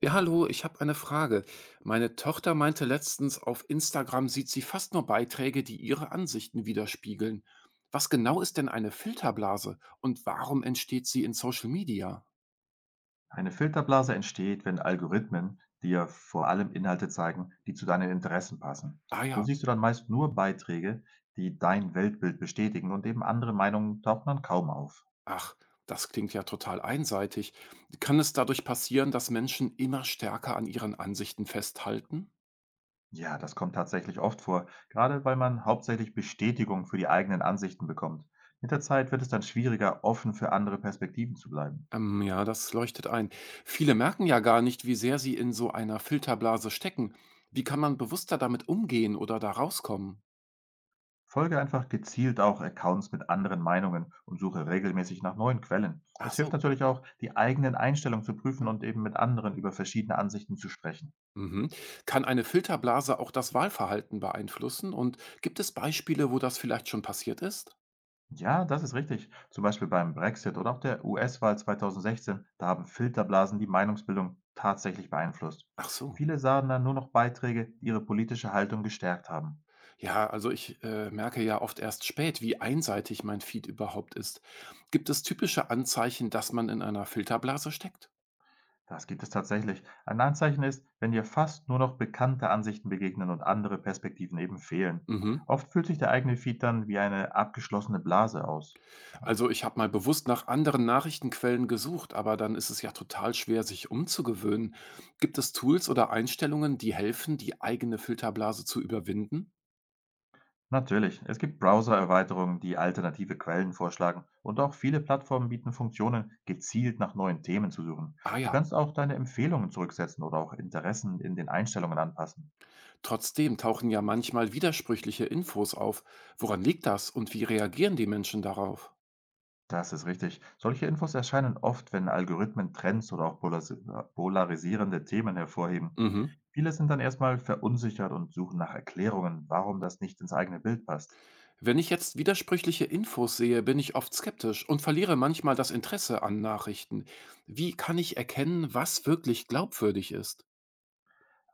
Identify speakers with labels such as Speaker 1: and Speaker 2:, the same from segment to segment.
Speaker 1: Ja, hallo, ich habe eine Frage. Meine Tochter meinte letztens, auf Instagram sieht sie fast nur Beiträge, die ihre Ansichten widerspiegeln. Was genau ist denn eine Filterblase und warum entsteht sie in Social Media?
Speaker 2: Eine Filterblase entsteht, wenn Algorithmen dir vor allem Inhalte zeigen, die zu deinen Interessen passen.
Speaker 1: Ah
Speaker 2: So
Speaker 1: ja,
Speaker 2: siehst du dann meist nur Beiträge, die dein Weltbild bestätigen und eben andere Meinungen tauchen dann kaum auf.
Speaker 1: ach, das klingt ja total einseitig. Kann es dadurch passieren, dass Menschen immer stärker an ihren Ansichten festhalten?
Speaker 2: Ja, das kommt tatsächlich oft vor, gerade weil man hauptsächlich Bestätigung für die eigenen Ansichten bekommt. Mit der Zeit wird es dann schwieriger, offen für andere Perspektiven zu bleiben.
Speaker 1: Ja, das leuchtet ein. Viele merken ja gar nicht, wie sehr sie in so einer Filterblase stecken. Wie kann man bewusster damit umgehen oder da rauskommen?
Speaker 2: Folge einfach gezielt auch Accounts mit anderen Meinungen und suche regelmäßig nach neuen Quellen.
Speaker 1: Ach
Speaker 2: Es
Speaker 1: so.
Speaker 2: hilft natürlich auch, die eigenen Einstellungen zu prüfen und eben mit anderen über verschiedene Ansichten zu sprechen.
Speaker 1: Mhm. Kann eine Filterblase auch das Wahlverhalten beeinflussen? Und gibt es Beispiele, wo das vielleicht schon passiert ist?
Speaker 2: Ja, das ist richtig. Zum Beispiel beim Brexit oder auch der US-Wahl 2016, da haben Filterblasen die Meinungsbildung tatsächlich beeinflusst.
Speaker 1: Ach so.
Speaker 2: Viele sahen dann nur noch Beiträge, die ihre politische Haltung gestärkt haben.
Speaker 1: Ja, also ich merke ja oft erst spät, wie einseitig mein Feed überhaupt ist. Gibt es typische Anzeichen, dass man in einer Filterblase steckt?
Speaker 2: Das gibt es tatsächlich. Ein Anzeichen ist, wenn dir fast nur noch bekannte Ansichten begegnen und andere Perspektiven eben fehlen.
Speaker 1: Mhm.
Speaker 2: Oft fühlt sich der eigene Feed dann wie eine abgeschlossene Blase aus. Ähm,
Speaker 1: Also ich habe mal bewusst nach anderen Nachrichtenquellen gesucht, aber dann ist es ja total schwer, sich umzugewöhnen. Gibt es Tools oder Einstellungen, die helfen, die eigene Filterblase zu überwinden?
Speaker 2: Natürlich, es gibt Browser-Erweiterungen, die alternative Quellen vorschlagen und auch viele Plattformen bieten Funktionen, gezielt nach neuen Themen zu suchen.
Speaker 1: Ah
Speaker 2: Du
Speaker 1: ja.
Speaker 2: kannst auch deine Empfehlungen zurücksetzen oder auch Interessen in den Einstellungen anpassen.
Speaker 1: Trotzdem tauchen ja manchmal widersprüchliche Infos auf. Woran liegt das und wie reagieren die Menschen darauf?
Speaker 2: Das ist richtig. Solche Infos erscheinen oft, wenn Algorithmen Trends oder auch polarisierende Themen hervorheben.
Speaker 1: Mhm.
Speaker 2: Viele sind dann erstmal verunsichert und suchen nach Erklärungen, warum das nicht ins eigene Bild passt.
Speaker 1: Wenn ich jetzt widersprüchliche Infos sehe, bin ich oft skeptisch und verliere manchmal das Interesse an Nachrichten. Wie kann ich erkennen, was wirklich glaubwürdig ist?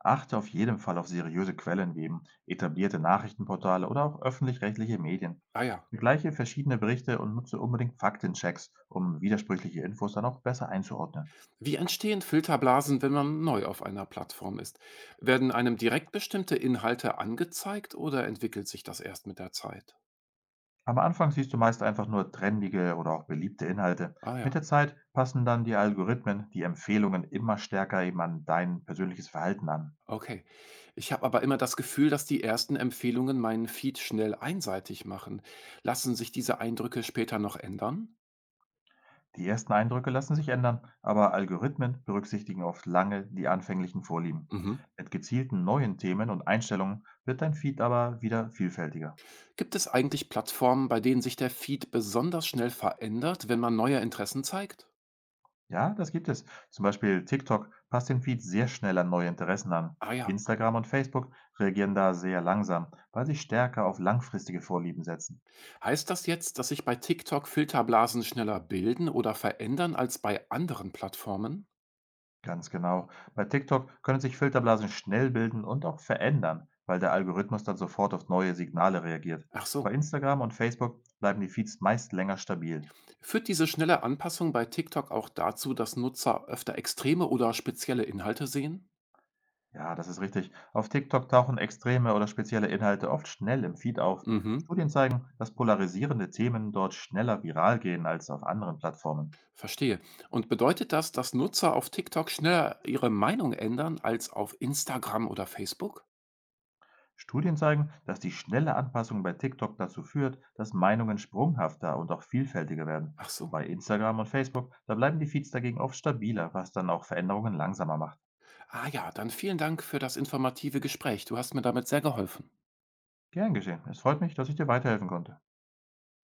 Speaker 2: Achte auf jeden Fall auf seriöse Quellen wie eben etablierte Nachrichtenportale oder auch öffentlich-rechtliche Medien.
Speaker 1: Ah ja.
Speaker 2: Vergleiche verschiedene Berichte und nutze unbedingt Faktenchecks, um widersprüchliche Infos dann auch besser einzuordnen.
Speaker 1: Wie entstehen Filterblasen, wenn man neu auf einer Plattform ist? Werden einem direkt bestimmte Inhalte angezeigt oder entwickelt sich das erst mit der Zeit?
Speaker 2: Am Anfang siehst du meist einfach nur trendige oder auch beliebte Inhalte.
Speaker 1: Ah ja.
Speaker 2: Mit der Zeit passen dann die Algorithmen die Empfehlungen immer stärker eben an dein persönliches Verhalten an.
Speaker 1: Okay. Ich habe aber immer das Gefühl, dass die ersten Empfehlungen meinen Feed schnell einseitig machen. Lassen sich diese Eindrücke später noch ändern?
Speaker 2: Die ersten Eindrücke lassen sich ändern, aber Algorithmen berücksichtigen oft lange die anfänglichen Vorlieben.
Speaker 1: Mhm.
Speaker 2: Mit gezielten neuen Themen und Einstellungen wird dein Feed aber wieder vielfältiger.
Speaker 1: Gibt es eigentlich Plattformen, bei denen sich der Feed besonders schnell verändert, wenn man neue Interessen zeigt?
Speaker 2: Ja, das gibt es. Zum Beispiel TikTok passt den Feed sehr schnell an neue Interessen an.
Speaker 1: Ah ja.
Speaker 2: Instagram und Facebook reagieren da sehr langsam, weil sie stärker auf langfristige Vorlieben setzen.
Speaker 1: Heißt das jetzt, dass sich bei TikTok Filterblasen schneller bilden oder verändern als bei anderen Plattformen?
Speaker 2: Ganz genau. Bei TikTok können sich Filterblasen schnell bilden und auch verändern, weil der Algorithmus dann sofort auf neue Signale reagiert.
Speaker 1: Ach
Speaker 2: Bei
Speaker 1: so.
Speaker 2: Instagram und Facebook bleiben die Feeds meist länger stabil.
Speaker 1: Führt diese schnelle Anpassung bei TikTok auch dazu, dass Nutzer öfter extreme oder spezielle Inhalte sehen?
Speaker 2: Ja, das ist richtig. Auf TikTok tauchen extreme oder spezielle Inhalte oft schnell im Feed auf.
Speaker 1: Mhm.
Speaker 2: Studien zeigen, dass polarisierende Themen dort schneller viral gehen als auf anderen Plattformen.
Speaker 1: Verstehe. Und bedeutet das, dass Nutzer auf TikTok schneller ihre Meinung ändern als auf Instagram oder Facebook?
Speaker 2: Studien zeigen, dass die schnelle Anpassung bei TikTok dazu führt, dass Meinungen sprunghafter und auch vielfältiger werden.
Speaker 1: Ach so.
Speaker 2: Bei Instagram und Facebook, da bleiben die Feeds dagegen oft stabiler, was dann auch Veränderungen langsamer macht.
Speaker 1: Ah ja, dann vielen Dank für das informative Gespräch. Du hast mir damit sehr geholfen.
Speaker 2: Gern geschehen. Es freut mich, dass ich dir weiterhelfen konnte.